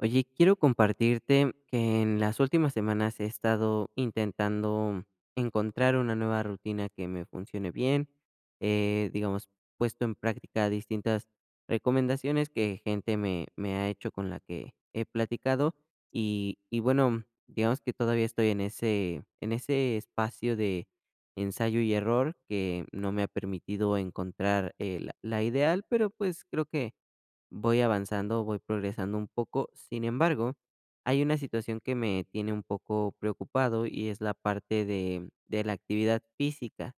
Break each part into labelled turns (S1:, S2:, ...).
S1: Oye, quiero compartirte que en las últimas semanas he estado intentando encontrar una nueva rutina que me funcione bien. He, digamos, puesto en práctica distintas recomendaciones que gente me ha hecho con la que he platicado. Y bueno, digamos que todavía estoy en ese espacio de ensayo y error que no me ha permitido encontrar la ideal, pero pues creo que voy avanzando, voy progresando un poco. Sin embargo, hay una situación que me tiene un poco preocupado y es la parte de la actividad física.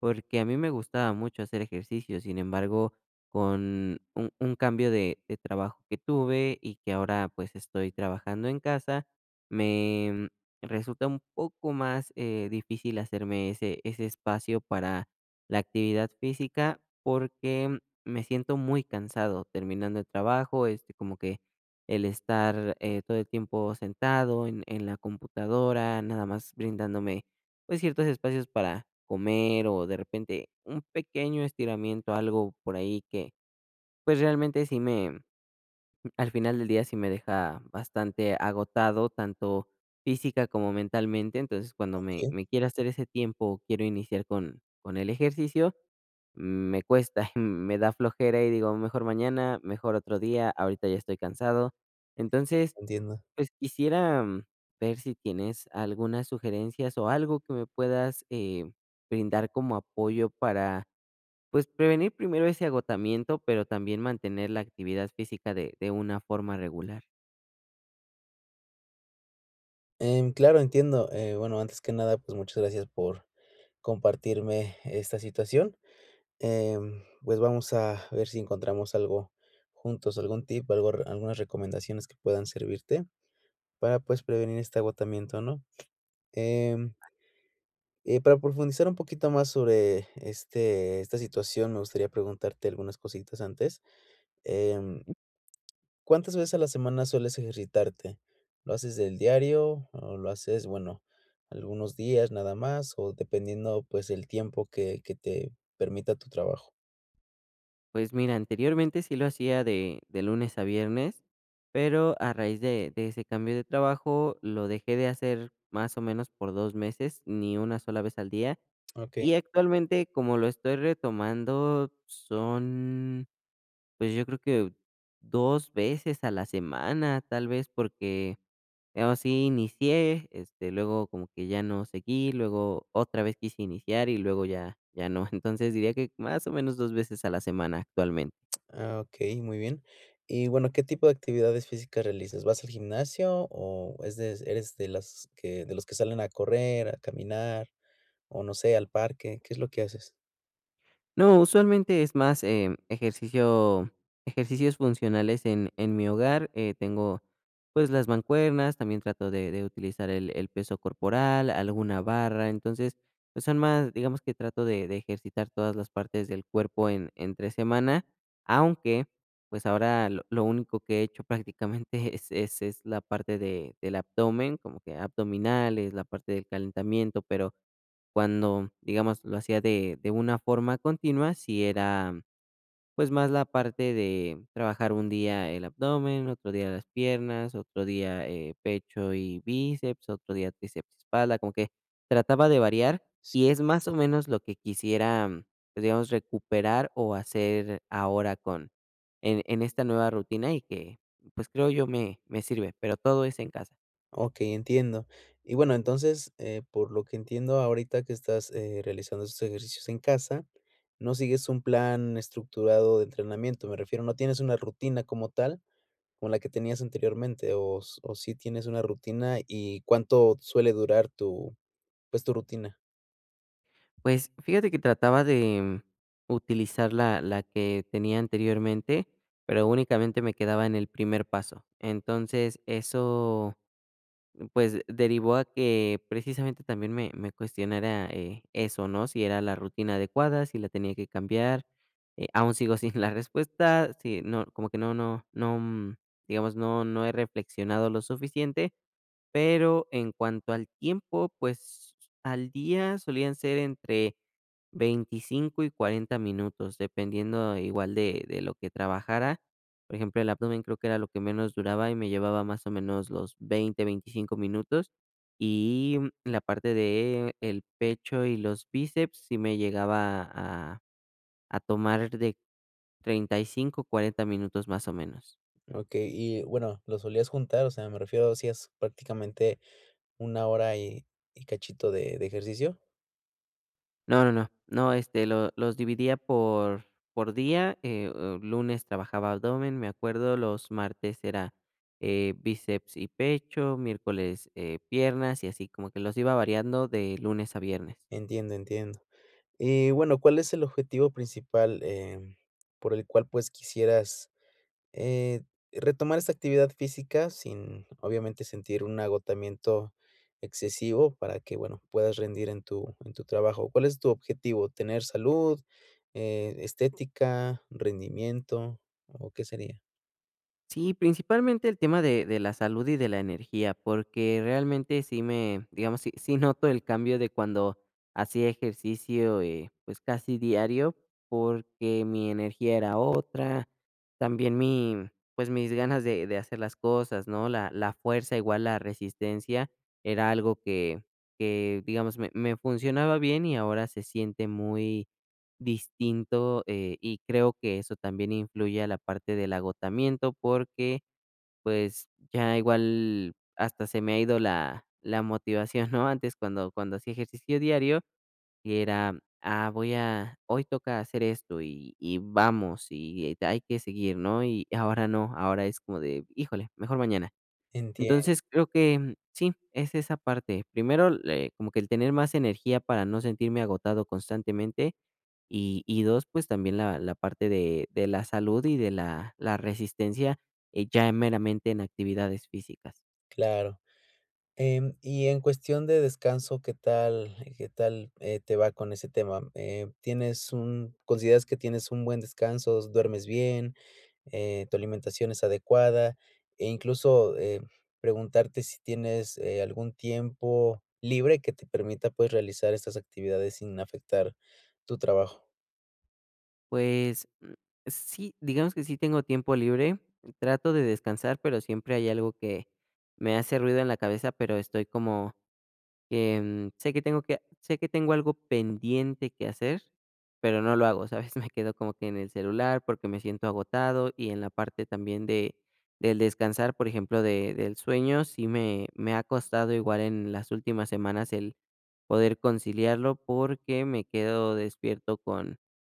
S1: Porque a mí me gustaba mucho hacer ejercicio, sin embargo, con un cambio de trabajo que tuve y que ahora, pues, estoy trabajando en casa, me resulta un poco más, difícil hacerme ese espacio para la actividad física, porque me siento muy cansado terminando el trabajo, este, como que el estar, todo el tiempo sentado en la computadora, nada más brindándome pues, ciertos espacios para comer o de repente un pequeño estiramiento, algo por ahí que, pues, realmente sí me al final del día sí me deja bastante agotado, tanto física como mentalmente. Entonces, cuando me
S2: Sí,
S1: me quiero hacer ese tiempo o quiero iniciar con el ejercicio, me cuesta, me da flojera y digo: "Mejor mañana, mejor otro día, ahorita ya estoy cansado". Entonces
S2: entiendo.
S1: pues quisiera ver si tienes algunas sugerencias o algo que me puedas brindar como apoyo para, pues, prevenir primero ese agotamiento, pero también mantener la actividad física de una forma regular.
S2: Claro, entiendo. Bueno, antes que nada, pues muchas gracias por compartirme esta situación. Pues vamos a ver si encontramos algo juntos, algún tip, algo, algunas recomendaciones que puedan servirte para pues prevenir este agotamiento, ¿no? Em, para profundizar un poquito más sobre esta situación, me gustaría preguntarte algunas cositas antes. Em, ¿Cuántas veces a la semana sueles ejercitarte? ¿Lo haces del diario o lo haces, bueno, algunos días nada más o dependiendo, pues, el tiempo que te permita tu trabajo?
S1: Pues mira, anteriormente sí lo hacía de lunes a viernes, pero a raíz de ese cambio de trabajo lo dejé de hacer más o menos por 2 meses, ni una sola vez al día.
S2: Okey,
S1: Y actualmente, como lo estoy retomando, son pues yo creo que 2 veces a la semana, tal vez, porque, así inicié, este, luego como que ya no seguí, luego otra vez quise iniciar y luego ya no. Entonces, diría que más o menos 2 veces a la semana actualmente.
S2: ah, okey, muy bien. Y bueno, ¿qué tipo de actividades físicas realizas? ¿Vas al gimnasio o es de eres de los que salen a correr, a caminar o no sé, al parque? ¿Qué es lo que haces?
S1: No, usualmente es más, ejercicios funcionales en mi hogar, tengo, pues, las mancuernas, también trato de utilizar el peso corporal, alguna barra, entonces, pues, son más, digamos que trato de ejercitar todas las partes del cuerpo en entre semana, aunque, pues, ahora lo único que he hecho prácticamente es la parte de del abdomen, como que abdominales, la parte del calentamiento, pero cuando, digamos, lo hacía de una forma continua, si era, pues, más la parte de trabajar un día el abdomen, otro día las piernas, otro día, pecho y bíceps, otro día tríceps y espalda, como que trataba de variar, y es más o menos lo que quisiera, pues, digamos, recuperar o hacer ahora con en esta nueva rutina y que, pues, creo yo me sirve, pero todo es en casa.
S2: Okey, entiendo. Y bueno, entonces, por lo que entiendo ahorita que estás, realizando esos ejercicios en casa, no sigues un plan estructurado de entrenamiento, me refiero, no tienes una rutina como tal, como la que tenías anteriormente, o sí tienes una rutina, ¿y cuánto suele durar tu, pues, tu rutina?
S1: Pues, fíjate que trataba de utilizar la que tenía anteriormente, pero únicamente me quedaba en el primer paso. Entonces, eso, pues, derivó a que precisamente también me cuestionara, eso, ¿no? Si era la rutina adecuada, si la tenía que cambiar, aún sigo sin la respuesta, si no, como que no, digamos, no he reflexionado lo suficiente, pero en cuanto al tiempo, pues al día solían ser entre 25 y 40 minutos, dependiendo igual de lo que trabajara. Por ejemplo, el abdomen creo que era lo que menos duraba y me llevaba más o menos los 20, 25 minutos. Y la parte de el pecho y los bíceps sí me llegaba a tomar de 35, 40 minutos más o menos.
S2: Okey, y bueno, ¿lo solías juntar? O sea, me refiero, ¿hacías prácticamente una hora y cachito de ejercicio?
S1: No, no, no. No, este, lo los dividía por día, lunes trabajaba abdomen, me acuerdo, los martes era, bíceps y pecho, miércoles, piernas, y así como que los iba variando de lunes a viernes.
S2: Entiendo, entiendo. Y bueno, ¿cuál es el objetivo principal, por el cual, pues, quisieras, eh, retomar esta actividad física sin, obviamente, sentir un agotamiento excesivo para que, bueno, puedas rendir en tu trabajo? ¿Cuál es tu objetivo? ¿Tener salud, estética, rendimiento, o qué sería?
S1: Sí, principalmente el tema de la salud y de la energía, porque realmente sí me, digamos, sí noto el cambio de cuando hacía ejercicio, pues, casi diario, porque mi energía era otra, también pues, mis ganas de hacer las cosas, ¿no? La fuerza, igual la resistencia, era algo que, digamos, me funcionaba bien y ahora se siente muy distinto, y creo que eso también influye a la parte del agotamiento, porque, pues, ya igual hasta se me ha ido la motivación, ¿no? Antes cuando hacía ejercicio diario y era: "Ah, voy a hoy toca hacer esto y vamos, y hay que seguir", ¿no? Y ahora no, ahora es como de: "Híjole, mejor mañana".
S2: Entien
S1: Entonces, creo que sí, es esa parte. Primero, le como que el tener más energía para no sentirme agotado constantemente, y 2, pues, también la parte de la salud y de la resistencia, ya meramente en actividades físicas.
S2: Claro. Y en cuestión de descanso, ¿qué tal, te va con ese tema? ¿Tienes un consideras que tienes un buen descanso, duermes bien, tu alimentación es adecuada? E incluso, preguntarte si tienes, algún tiempo libre que te permita, pues, realizar estas actividades sin afectar tu trabajo.
S1: Pues, mm, sí, digamos que sí tengo tiempo libre, trato de descansar, pero siempre hay algo que me hace ruido en la cabeza, pero estoy como, sé que tengo algo pendiente que hacer, pero no lo hago, ¿sabes? Me quedo como que en el celular porque me siento agotado y en la parte también de del descansar, por ejemplo, de del sueño, sí me ha costado igual en las últimas semanas el poder conciliarlo porque me quedo despierto con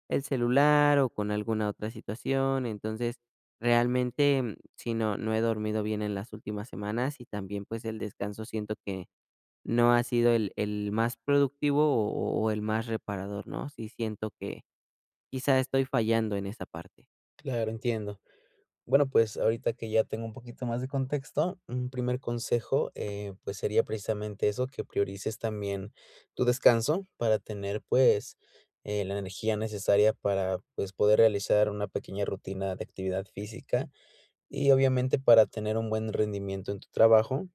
S1: el celular o con alguna otra situación. Entonces, realmente, mm, sí, no he dormido bien en las últimas semanas y también, pues, el descanso siento que no ha sido el más productivo o el más reparador, ¿no? Sí siento que quizá estoy fallando en esa parte.
S2: Claro, entiendo. Bueno, pues, ahorita que ya tengo un poquito más de contexto, un primer consejo, pues, sería precisamente eso, que priorices también tu descanso para tener, pues, la energía necesaria para, pues, poder realizar una pequeña rutina de actividad física y, obviamente, para tener un buen rendimiento en tu trabajo.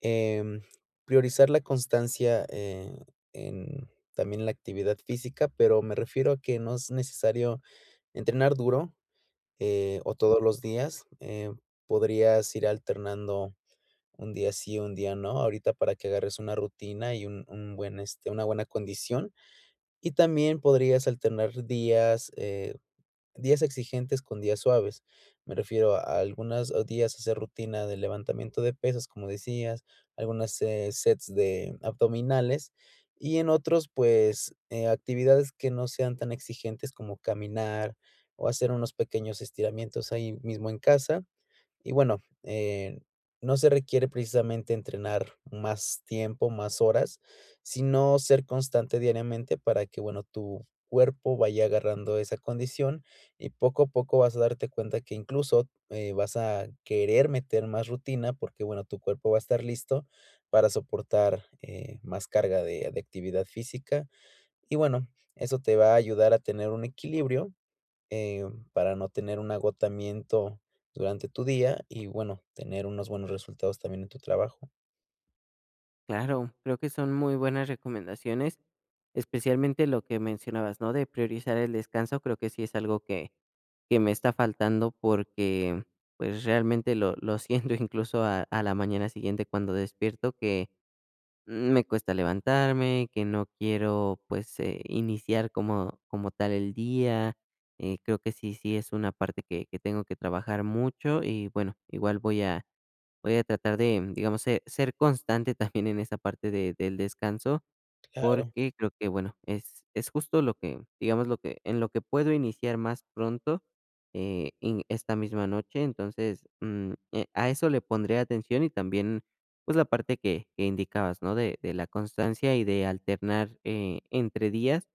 S2: Em, Priorizar la constancia, en también la actividad física, pero me refiero a que no es necesario entrenar duro o todos los días, podrías ir alternando un día sí, un día no, ahorita para que agarres una rutina y un buen, este, una buena condición. Y también podrías alternar días, eh. Días exigentes con días suaves. Me refiero a algunos días hacer rutina de levantamiento de pesas, como decías, algunas, sets de abdominales, y en otros, pues, actividades que no sean tan exigentes como caminar o hacer unos pequeños estiramientos ahí mismo en casa. Y bueno, eh, no se requiere precisamente entrenar más tiempo, más horas, sino ser constante diariamente para que, bueno, tu cuerpo vaya agarrando esa condición y poco a poco vas a darte cuenta que incluso vas a querer meter más rutina porque, bueno, tu cuerpo va a estar listo para soportar más carga de actividad física. Y bueno, eso te va a ayudar a tener un equilibrio eh, para no tener un agotamiento durante tu día y, bueno, tener unos buenos resultados también en tu trabajo.
S1: Claro, creo que son muy buenas recomendaciones, especialmente lo que mencionabas, ¿no? De priorizar el descanso, creo que sí es algo que me está faltando porque, pues, realmente lo siento incluso a la mañana siguiente cuando despierto que me cuesta levantarme, que no quiero, pues, iniciar como tal el día, creo que sí es una parte que tengo que trabajar mucho y, bueno, igual voy a tratar de, digamos, se ser constante también en esa parte de del descanso,
S2: Claro,
S1: porque creo que, bueno, es justo lo que, digamos, lo que en lo que puedo iniciar más pronto, en esta misma noche. Entonces, a eso le pondré atención y también, pues, la parte que indicabas, ¿no? De la constancia y de alternar, entre días.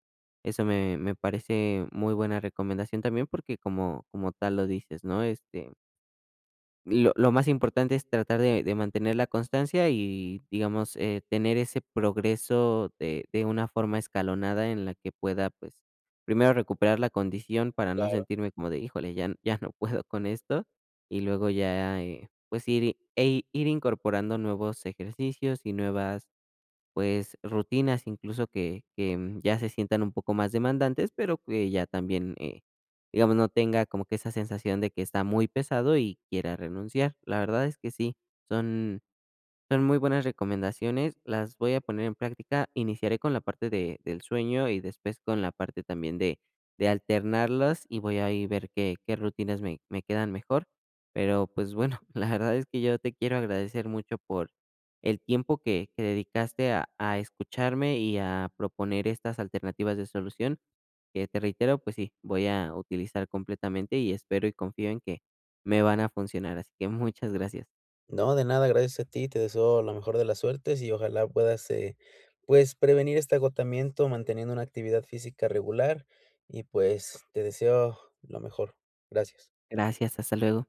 S1: Eso me parece muy buena recomendación también, porque como tal lo dices, ¿no? Este, lo más importante es tratar de mantener la constancia y, digamos, tener ese progreso de una forma escalonada en la que pueda, pues, primero recuperar la condición para no
S2: claro.
S1: sentirme como de: "Híjole, ya no puedo con esto", y luego ya, pues, e ir incorporando nuevos ejercicios y nuevas, pues, rutinas, incluso que, ya se sientan un poco más demandantes, pero que ya también, digamos, no tenga como que esa sensación de que está muy pesado y quiera renunciar. La verdad es que sí, son son muy buenas recomendaciones, las voy a poner en práctica. Iniciaré con la parte de del sueño y después con la parte también de alternarlas, y voy a ahí ver qué rutinas me quedan mejor. Pero, pues, bueno, la verdad es que yo te quiero agradecer mucho por el tiempo que dedicaste a escucharme y a proponer estas alternativas de solución, que te reitero, pues sí, voy a utilizar completamente, y espero y confío en que me van a funcionar. Así que muchas gracias.
S2: No, de nada, gracias a ti, te deseo la mejor de las suertes y ojalá puedas, pues, prevenir este agotamiento manteniendo una actividad física regular y, pues, te deseo lo mejor. Gracias.
S1: Gracias, hasta luego.